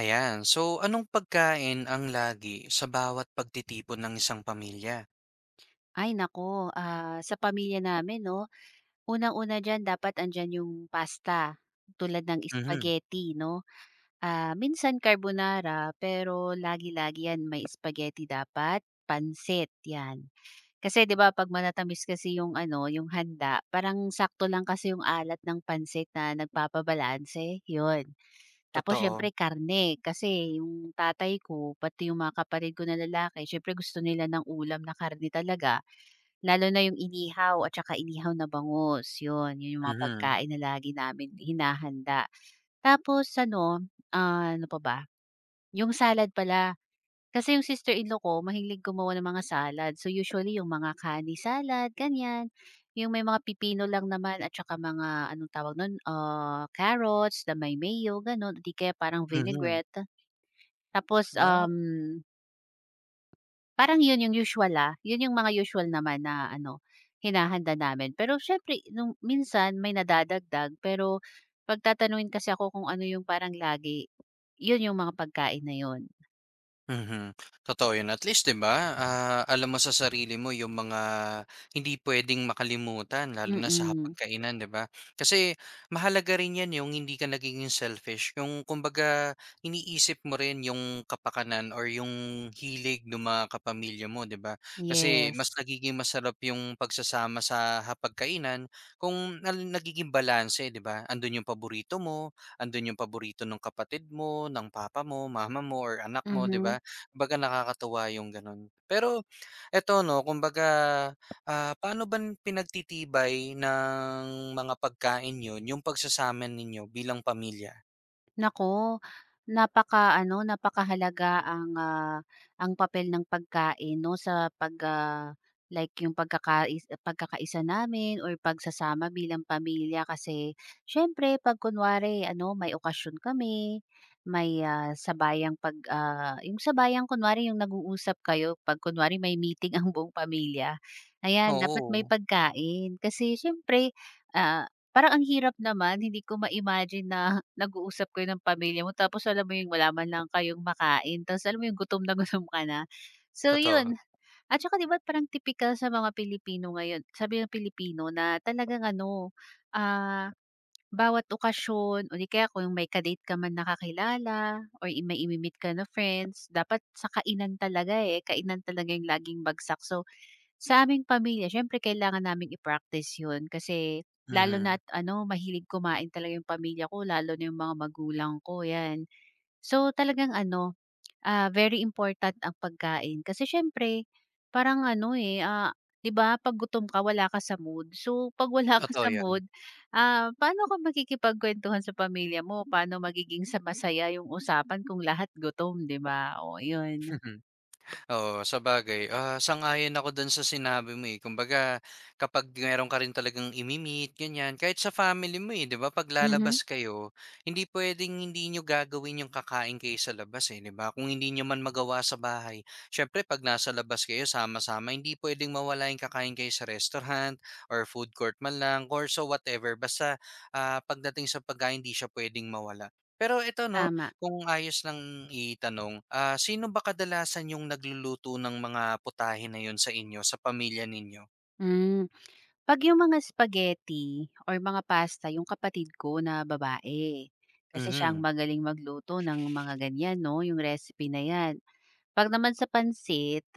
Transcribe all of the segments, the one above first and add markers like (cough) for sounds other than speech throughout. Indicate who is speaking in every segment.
Speaker 1: Ayan. So, anong pagkain ang lagi sa bawat pagtitipon ng isang pamilya?
Speaker 2: Ay naku, sa pamilya namin 'no, unang-una diyan dapat andiyan yung pasta, tulad ng
Speaker 1: Mhm.
Speaker 2: spaghetti 'no. Minsan carbonara, pero lagi-lagi 'yan may spaghetti dapat, pansit 'yan. Kasi 'di ba 'pag manatamis kasi yung ano, yung handa, parang sakto lang kasi yung alat ng pansit na nagpapabalanse, 'yun. Tapos
Speaker 1: Totoo.
Speaker 2: siyempre karne, kasi yung tatay ko, pati yung mga kapatid ko na lalaki siyempre gusto nila ng ulam na karne talaga. Lalo na yung inihaw at saka inihaw na bangus, yun. Yun yung mga
Speaker 1: Mhm.
Speaker 2: pagkain na lagi namin hinahanda. Tapos ano, ano pa ba? Yung salad pala. Kasi yung sister-in-law ko mahilig gumawa ng mga salad. So usually yung mga kani salad, ganyan. Yung may mga pipino lang naman at saka mga anong tawag nun, carrots na may mayo, ganun. Di kaya parang
Speaker 1: Mhm.
Speaker 2: vinaigrette. Tapos,
Speaker 1: Ah.
Speaker 2: um Parang yun yung usual, yun yung mga usual naman na ano, hinahanda namin. Pero siyempre nung minsan may nadadagdag, pero 'pag kasi ako kung ano yung parang lagi, yun yung mga pagkain na yun.
Speaker 1: Mhm, totoo 'yun. At least 'di ba, alam mo sa sarili mo yung mga hindi puwedeng makalimutan lalo na sa
Speaker 2: Mm,
Speaker 1: hapagkainan 'di ba? Kasi mahalaga rin 'yan yung hindi ka nagiging selfish, yung kumbaga iniisip mo rin yung kapakanan or yung hilig nung mga kapamilya mo 'di ba? Kasi mas
Speaker 2: yes.
Speaker 1: nagiging masarap yung pagsasama sa hapagkainan kung nal nagiging balanse 'di ba? Andun yung paborito mo, andun yung paborito ng kapatid mo, ng papa mo, mama mo, or anak mo 'di
Speaker 2: Mhm.
Speaker 1: ba? Kumbaga nakakatuwa yung gano'n. Pero eto 'no, kumbaga, paano ba pinagtitibay ng mga pagkain niyo yung pagsasama ninyo bilang pamilya?
Speaker 2: Nako, napakahalaga ang, ang papel ng pagkain 'no sa pag, like yung pagkakaisa namin or pagsasama bilang pamilya kasi siyempre 'pag kunwari ano, may okasyon kami, may, sabayang pag, yung sabayang kunwari yung nag-uusap kayo 'pag kunwari may meeting (laughs) ang buong pamilya, ayan dapat may
Speaker 1: Oo,
Speaker 2: pagkain. Kasi siyempre, ah parang ang hirap naman hindi ko ma-imagine na (laughs) nag-uusap kayo ng pamilya mo tapos alam mo yung wala man lang kayong makain tapos alam mo yung gutom na (laughs) gutom ka na. So yun,
Speaker 1: totoo.
Speaker 2: at saka 'di ba parang typical sa mga Pilipino ngayon, sabi ng Pilipino na talagang ano, ah, bawat okasyon o di kaya kung may ka-date ka man na kakilala or may meet ka na friends, dapat sa kainan talaga, eh, kainan talaga yung laging bagsak. So sa aming pamilya siyempre kailangan naming i-practice 'yun kasi lalo
Speaker 1: Mhm,
Speaker 2: na't ano mahilig kumain talaga yung pamilya ko lalo na yung mga magulang ko, 'yan. So, talagang ano, very important ang pagkain kasi siyempre parang ano, eh, 'di ba 'pag gutom ka wala ka sa mood. So, (laughs) 'pag wala ka
Speaker 1: totoo
Speaker 2: sa
Speaker 1: 'yun.
Speaker 2: mood, paano ka makikipagkuwentuhan sa pamilya mo, paano magiging sa masaya yung usapan kung lahat gutom, 'di ba? Oh, 'yun.
Speaker 1: (laughs) Oo, sabagay, sang-ayon ako do'n sa sinabi mo, eh. Kumbaga kapag meron ka rin talagang imi-meet, ganyan, kahit sa family mo, eh, 'di ba 'pag
Speaker 2: Mhm.
Speaker 1: lalabas kayo, hindi puwedeng hindi niyo gagawin yung kakain kayo sa labas, eh, 'di ba? Kung hindi niyo man magawa sa bahay, syempre 'pag nasa labas kayo sama-sama, hindi puwedeng mawala yung kakain kayo sa restaurant or food court man lang or so whatever, basta, pagdating sa pagkain hindi siya puwedeng mawala. Pero ito 'no,
Speaker 2: Tama.
Speaker 1: kung ayos lang itanong, sino ba kadalasan yung nagluluto ng mga putahe na yun sa inyo, sa pamilya ninyo?
Speaker 2: Hmm. 'Pag yung mga spaghetti or mga pasta yung kapatid ko na babae, kasi siya ang
Speaker 1: Mhm,
Speaker 2: magaling magluto ng mga ganyan 'no, yung recipe na 'yan. 'Pag naman sa pansit,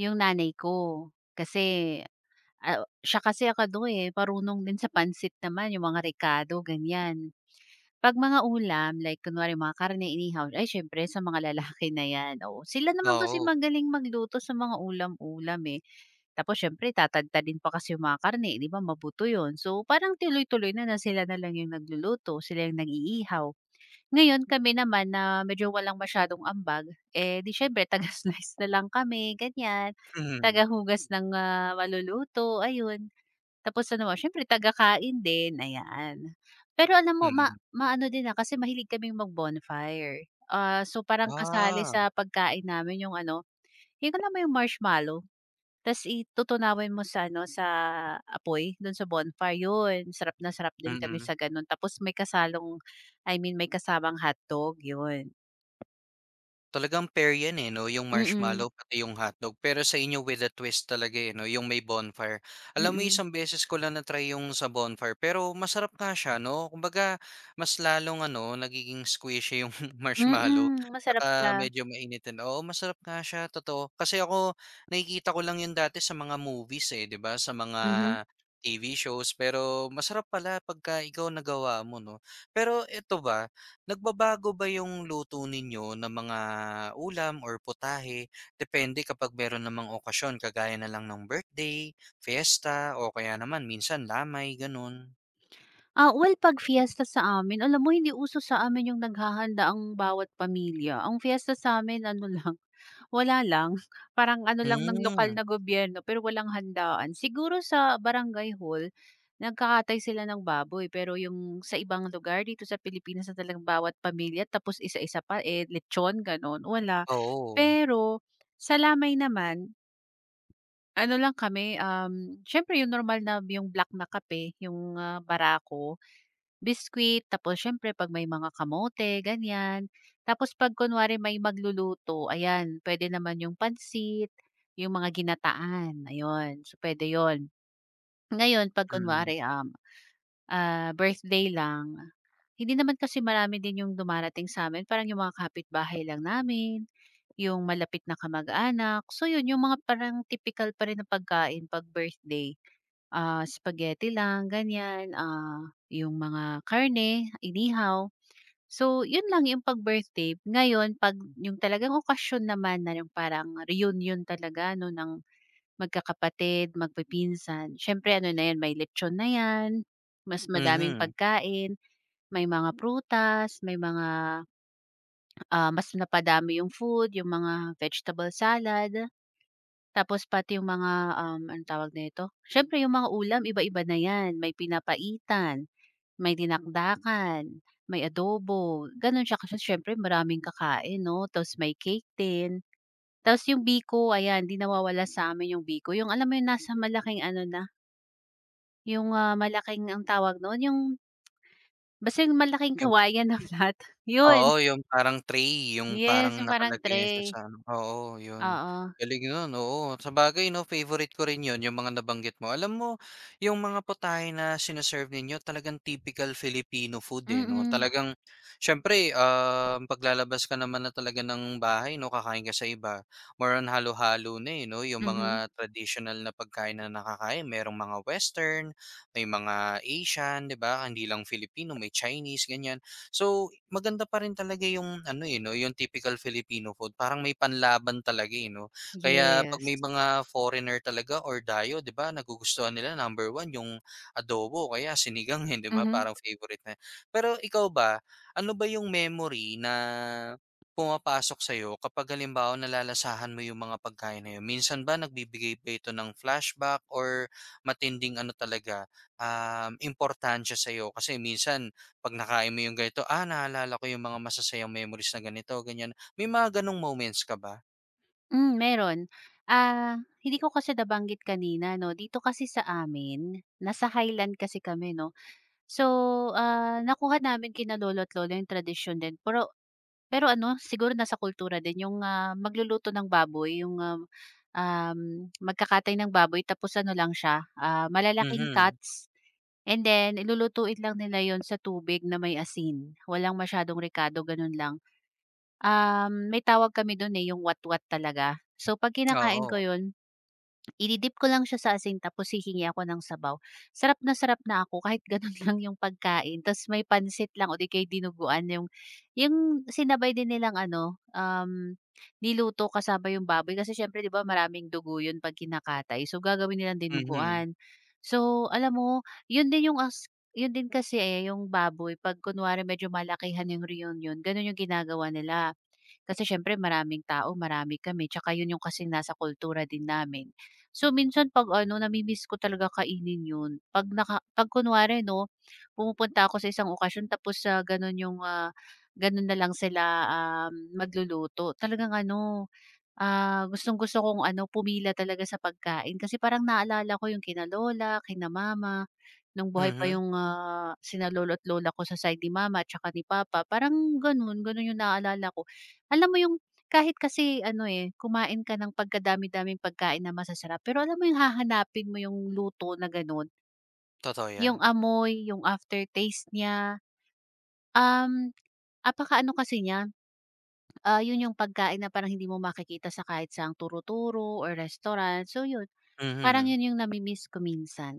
Speaker 2: yung nanay ko. Kasi, siya kasi ano, eh, marunong din sa pansit naman, yung mga ricado ganyan. 'Pag mga ulam like kunwari mga karne inihaw, ay siyempre sa mga lalaki na 'yan, oo. Sila naman kasi
Speaker 1: oo.
Speaker 2: magaling magluto sa mga ulam-ulam, eh. Tapos siyempre tatadtadin pa kasi yung mga karne, 'di ba mabuto 'yun. So, parang tuloy-tuloy na na sila na lang yung nagluluto, sila yung nag-iihaw. Ngayon kami naman na medyo walang masyadong ambag, eh, 'di siyempre taga-slice (laughs) na lang kami ganiyan,
Speaker 1: Mhm,
Speaker 2: tagahugas ng, maluluto, ayun. Tapos ano, siyempre taga-kain din, ayan. Pero alam mo ma
Speaker 1: mm.
Speaker 2: maano din, na kasi mahilig kaming mag-bonfire. So parang kasali
Speaker 1: Ah,
Speaker 2: sa pagkain namin yung ano, yung alam mo yung marshmallow? Tas itutunawin mo sa ano, sa apoy, dun sa bonfire, yun sarap na sarap din kami
Speaker 1: mm.
Speaker 2: sa ganun. Tapos may kasalong I mean, may kasamang hotdog, yun.
Speaker 1: Talagang pair 'yan, eh, 'no, yung
Speaker 2: Mm,
Speaker 1: marshmallow pati yung hotdog. Pero sa inyo with a twist talaga, eh, 'no, yung may bonfire. Alam mo
Speaker 2: mm.
Speaker 1: isang beses ko lang na-try yung sa bonfire, pero masarap nga siya 'no. Kumbaga mas lalong ano, nagiging squishy yung (laughs) marshmallow
Speaker 2: Mm, masarap
Speaker 1: tsaka
Speaker 2: siya.
Speaker 1: medyo mainitin. Oo, masarap nga siya, totoo. Kasi ako nakikita ko lang yun dati sa mga movies, eh, 'di ba, sa mga
Speaker 2: Mhm.
Speaker 1: TV shows. Pero masarap pala pagka ikaw nagawa mo 'no. Pero eto ba, nagbabago ba yung luto ninyo ng mga ulam or putahe depende kapag meron namang okasyon kagaya na lang ng birthday, fiesta o kaya naman minsan lamay, gano'n?
Speaker 2: Well, 'pag fiesta sa amin alam mo hindi uso sa amin yung naghahanda ang bawat pamilya. Ang fiesta sa amin ano lang, wala lang. (laughs) Parang ano lang ng lokal
Speaker 1: Hmm,
Speaker 2: na gobyerno pero walang handaan. Siguro sa barangay hall, nagkakatay sila ng baboy pero yung sa ibang lugar dito sa Pilipinas na talagang bawat pamilya tapos isa-isa pa, eh, lechon gano'n, wala.
Speaker 1: oo.
Speaker 2: Pero sa lamay naman, ano lang kami, siyempre yung normal na yung black na kape, yung, barako. Biscuit, tapos siyempre 'pag may mga kamote, ganyan. Tapos 'pag kunwari may magluluto, ayan, pwede naman yung pansit, yung mga ginataan, ayun. So, pwede yon. Ngayon 'pag
Speaker 1: Mm,
Speaker 2: kunwari, birthday lang, hindi naman kasi marami din yung dumarating sa sa'min, parang yung mga kapitbahay lang namin, yung malapit na kamag-anak. So yun, yung mga parang typical pa rin na pagkain 'pag birthday, spaghetti lang, ganyan, yung mga karne, inihaw. So, yun lang yung pag birthday. Ngayon 'pag yung talagang okasyon naman na yung parang reunion talaga 'no, ng magkakapatid, magpipinsan, siyempre ano na yan, may lechon na yan, mas madaming
Speaker 1: mhm.
Speaker 2: pagkain, may mga prutas, may mga, mas napadami yung food, yung mga vegetable salad, tapos pati yung mga, anong tawag nito, siyempre yung mga ulam iba-iba na yan, may pinapaitan. May dinakdakan, may adobo, gano'n siya kasi siyempre maraming kakain 'no, tapos may cake din. Tapos yung biko ayan, 'di nawawala sa'min yung biko, yung alam mo yung nasa malaking ano na, yung, malaking ang tawag no'n, yung basta yung malaking
Speaker 1: Yung
Speaker 2: kawayan na flat, (laughs) yun.
Speaker 1: oo, yung parang tray, yung
Speaker 2: Yes,
Speaker 1: parang
Speaker 2: yung parang
Speaker 1: nakalagay na siya
Speaker 2: tray,
Speaker 1: sa ano oo, yun.
Speaker 2: oo.
Speaker 1: Galing nun, oo. Sabagay 'no, favorite ko rin yun, yung mga nabanggit mo. Alam mo, yung mga putahe na sinaserve serve ninyo talagang typical Filipino food, eh, 'no.
Speaker 2: Mm,
Speaker 1: Talagang siyempre, paglalabas ka naman na talaga ng bahay 'no, kakain ka sa iba, more on halo-halo na, eh, 'no. Yung
Speaker 2: mhm.
Speaker 1: mga traditional na pagkain na nakakain, merong mga Western, may mga Asian, 'di ba, hindi lang Filipino, may Chinese, ganyan. So, maganda pa rin talaga yung ano, eh, 'no, yung typical Filipino food parang may panlaban talaga, eh, 'no? Kaya 'pag may
Speaker 2: Yes.
Speaker 1: mga foreigner talaga or dayo, 'di ba, nagugustuhan nila number one yung adobo kaya sinigang, eh, 'di ba,
Speaker 2: Mhm,
Speaker 1: parang favorite na. Pero ikaw ba, ano ba yung memory na pumapasok sa'yo kapag halimbawa nalalasahan mo yung mga pagkain na yun? Minsan ba nagbibigay ba ito ng flashback or matinding ano talaga, importansya sa'yo? Kasi minsan 'pag nakain mo yung ganito, naalala ko yung mga masasayang memories na ganito, ganyan. May mga gano'ng moments ka ba?
Speaker 2: mm, meron. Ah, Hindi ko kasi nabanggit kanina 'no, dito kasi sa amin, nasa highland kasi kami 'no. So, nakuha namin kina lolo at lola yung tradisyon din pero pero ano siguro nasa kultura din yung, magluluto ng baboy yung, um, um, magkakatay ng baboy tapos ano lang siya, malalaking
Speaker 1: Mhm.
Speaker 2: cuts and then lulutuin lang nila yon sa tubig na may asin, walang masyadong ricado, ganun lang. May tawag kami dun, eh, yung watwat talaga. So, 'pag kinakain ko
Speaker 1: Oo.
Speaker 2: yun idi ko lang siya sa asin tapos hihingi ako ng sabaw. Sarap na ako kahit gano'n (laughs) lang yung pagkain. Tapos may pansit lang o di kaya dinuguan yung sinabay din nilang ano, niluto kasama yung baboy kasi siyempre 'di ba maraming dugo yun 'pag kinakatay. So, gagawin nilang
Speaker 1: Mhm.
Speaker 2: dinuguan. So, alam mo yun din yun din kasi, eh, yung baboy 'pag kunwari medyo malakihan yung reunion, gano'n yung ginagawa nila. Kasi siyempre maraming tao, marami kami, tsaka yun yung kasing nasa kultura din namin. So, minsan 'pag ano, nami-miss ko talaga kainin yun. 'Pag kunwari 'no, pumupunta ako sa isang okasyon tapos sa gano'n yung, gano'n na lang sila, magluluto. Talagang ano. Gustong-gusto kong ano, pumila talaga sa pagkain kasi parang naalala ko yung kina lola, kina mama, nung buhay pa
Speaker 1: Mhm.
Speaker 2: yung, sina lolo at lola ko sa side ni mama at saka ni papa, parang gano'n, gano'n yung naalala ko. Alam mo yung kahit kasi ano, eh, kumain ka ng pagkadami-daming pagkain na masasarap, pero alam mo yung hahanapin mo yung luto na gano'n,
Speaker 1: Totoo
Speaker 2: yung
Speaker 1: 'yan.
Speaker 2: amoy, yung aftertaste niya, um, apaka-ano kasi niya. 'Yun yung pagkain na parang hindi mo makikita sa kahit saang turo-turo or restaurant. So 'yun, parang
Speaker 1: Mhm.
Speaker 2: 'yun yung nami-miss ko minsan.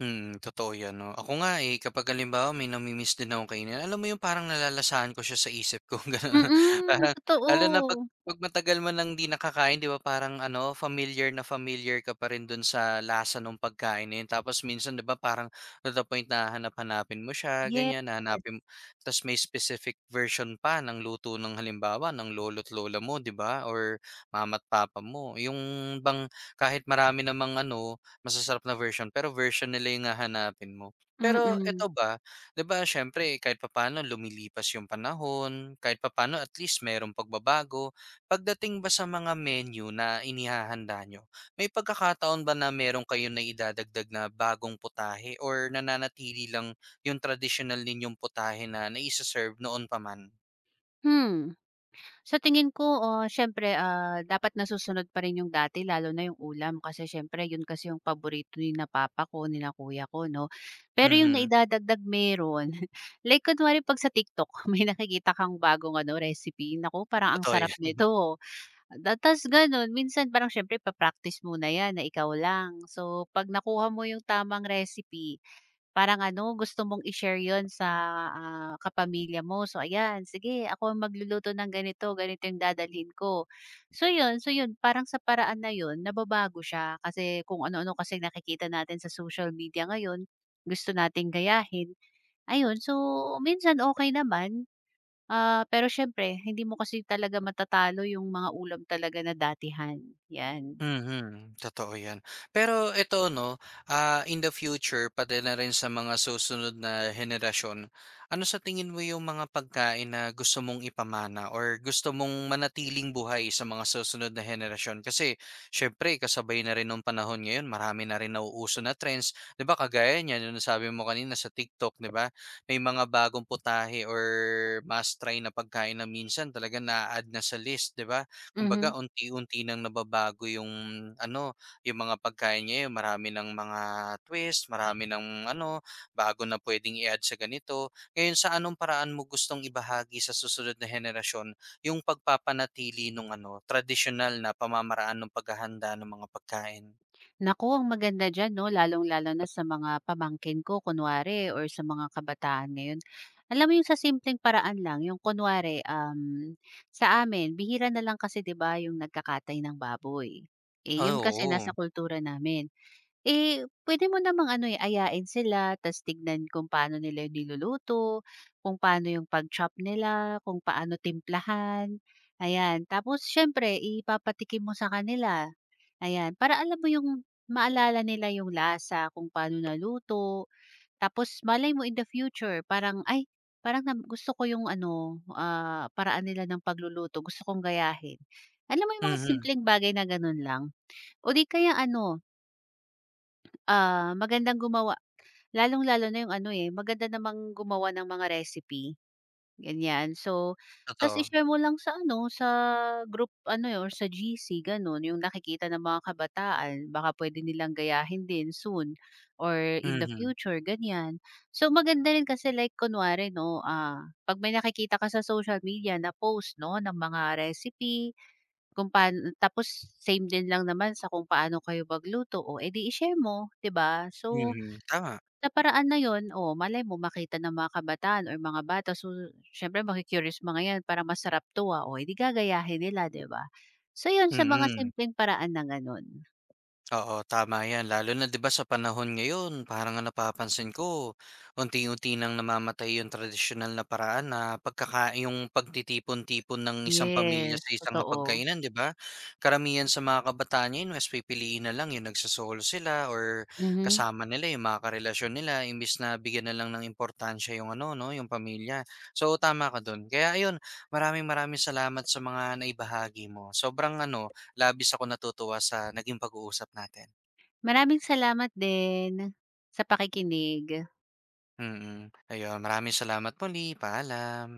Speaker 1: Hmm, totoo 'yan 'no. Ako nga, eh, kapag halimbawa may nami din akong kainin, alam mo yung parang nalalasahan ko siya sa isip ko (laughs) gano'n.
Speaker 2: Mm,
Speaker 1: Parang lalo na 'pag
Speaker 2: totoo.
Speaker 1: 'pag matagal mo nang 'di nakakain 'di ba parang ano, familiar na familiar ka pa rin do'n sa lasa ng pagkain na 'yun. Tapos minsan 'di ba parang to the point na hahanap-hanapin mo siya
Speaker 2: Yes.
Speaker 1: ganyan, hahanapin ta's may specific version pa ng luto ng halimbawa ng lolo't lola mo 'di ba or mama't papa mo. Yung bang kahit marami namang ano masasarap na version, pero version nila yung hahanapin mo. Pero
Speaker 2: Mm.
Speaker 1: eto ba, 'di ba siyempre kahit papaano lumilipas yung panahon, kahit papaano at least merong pagbabago. Pagdating ba sa mga menu na inihahanda nyo may pagkakataon ba na meron kayo na idadagdag na bagong putahe or nananatili lang yung traditional ninyong putahe na naise-serve noon pa man?
Speaker 2: Hmm, sa tingin ko, siyempre, dapat nasusunod pa rin yung dati lalo na yung ulam kasi siyempre 'yun kasi yung paborito ni na papa ko, ni na kuya ko 'no. Pero yung
Speaker 1: Mhm,
Speaker 2: naidadagdag meron, (laughs) like kunwari 'pag sa TikTok (laughs) may nakikita kang bagong ano, recipe, naku parang ang
Speaker 1: totoo
Speaker 2: sarap
Speaker 1: 'yan.
Speaker 2: nito. Tas gano'n minsan parang siyempre pa-practice muna 'yan na ikaw lang. So 'pag nakuha mo yung tamang recipe, parang ano gusto mong i-share 'yun sa, kapamilya mo. So ayan, "Sige ako ang magluluto ng ganito, ganito yung dadalhin ko." So 'yun, parang sa paraan na 'yun nababago siya kasi kung ano-ano kasi nakikita natin sa social media ngayon, gusto nating gayahin, ayun. So minsan okay naman. Pero syempre hindi mo kasi talaga matatalo yung mga ulam talaga na datihan, 'yan.
Speaker 1: Mhm, totoo 'yan. Pero ito 'no, in the future pati na rin sa mga susunod na henerasyon, ano sa tingin mo yung mga pagkain na gusto mong ipamana or gusto mong manatiling buhay sa mga susunod na henerasyon? Kasi siyempre kasabay na rin nung panahon ngayon marami na rin nauuso na trends, 'di ba kagaya niyan yung sabi mo kanina sa TikTok, 'di ba? May mga bagong putahe or must try na pagkain na minsan talaga na add na sa list, 'di ba?
Speaker 2: Mhm.
Speaker 1: Kumbaga unti-unti nang nababago yung ano, yung mga pagkain ngayon. Marami ng mga twist, marami ng ano, bago na pwedeng i-add sa ganito. Ngayon sa anong paraan mo gustong ibahagi sa susunod na henerasyon yung pagpapanatili ng ano, tradisyonal na pamamaraan ng paghahanda ng mga pagkain?
Speaker 2: Naku, ang maganda diyan 'no, lalong-lalo na sa mga pamangkin ko kunwari or sa mga kabataan ngayon. Alam mo yung sa simpleng paraan lang, yung kunwari, sa amin bihira na lang kasi 'di ba yung nagkakatay ng baboy. Eh, yun
Speaker 1: Ah,
Speaker 2: kasi nasa
Speaker 1: oo.
Speaker 2: kultura namin. Eh, pwede mo namang ano, eh, ayain sila ta's tignan kung paano nila yung niluluto, kung paano yung pag-chop nila, kung paano timplahan, ayan. Tapos siyempre ipapatikim mo sa kanila, ayan. Para alam mo yung maalala nila yung lasa, kung paano naluto. Tapos malay mo in the future parang, "Ay, parang gusto ko yung ano, paraan nila ng pagluluto, gusto kong gayahin." Alam mo yung mga
Speaker 1: Mhm,
Speaker 2: simpleng bagay na gano'n lang. O di kaya ano. Magandang gumawa lalong-lalo na yung ano, eh, maganda namang gumawa ng mga recipe, ganyan. So, tas
Speaker 1: totoo.
Speaker 2: i-share mo lang sa ano, sa group ano, eh, or sa GC gano'n, yung nakikita ng mga kabataan baka pwede nilang gayahin din soon or in the
Speaker 1: Mhm,
Speaker 2: future, ganyan. So, maganda rin kasi like kunwari 'no, 'pag may nakikita ka sa social media na post 'no, ng mga recipe kung paano tapos same din lang naman sa kung paano kayo magluto, o edi di i-share mo, 'di ba? So
Speaker 1: mhm, tama.
Speaker 2: sa paraan na yon oh malay mo makita ng mga kabataan or mga bata. So, siyempre maku-curious mga 'yan, para masarap 'to, ah." Oh, eh, gagayahin nila, 'di ba? So, yun sa mga
Speaker 1: Mm.
Speaker 2: simpleng paraan na gano'n.
Speaker 1: Oo, tama yan. Lalo na 'di ba sa panahon ngayon, parang ang napapansin ko, unti-unti nang namamatay yung tradisyonal na paraan na pagkaka yung pagtitipon-tipon ng isang pamilya sa
Speaker 2: Yes,
Speaker 1: isang
Speaker 2: totoo.
Speaker 1: pagkainan 'di ba? Karamihan sa mga kabataan ngayon, mas pipiliin na lang yung nagsasolo sila or
Speaker 2: Mhm.
Speaker 1: kasama nila yung mga karelasyon nila imbis na bigyan na lang ng importansya yung ano, no, yung pamilya. So tama ka doon. Kaya ayun, maraming maraming salamat sa mga naibahagi mo. Sobrang ano, labis ako natutuwa sa naging pag-uusap natin.
Speaker 2: Maraming salamat din sa pakikinig.
Speaker 1: Mm, ayun maraming salamat muli, paalam.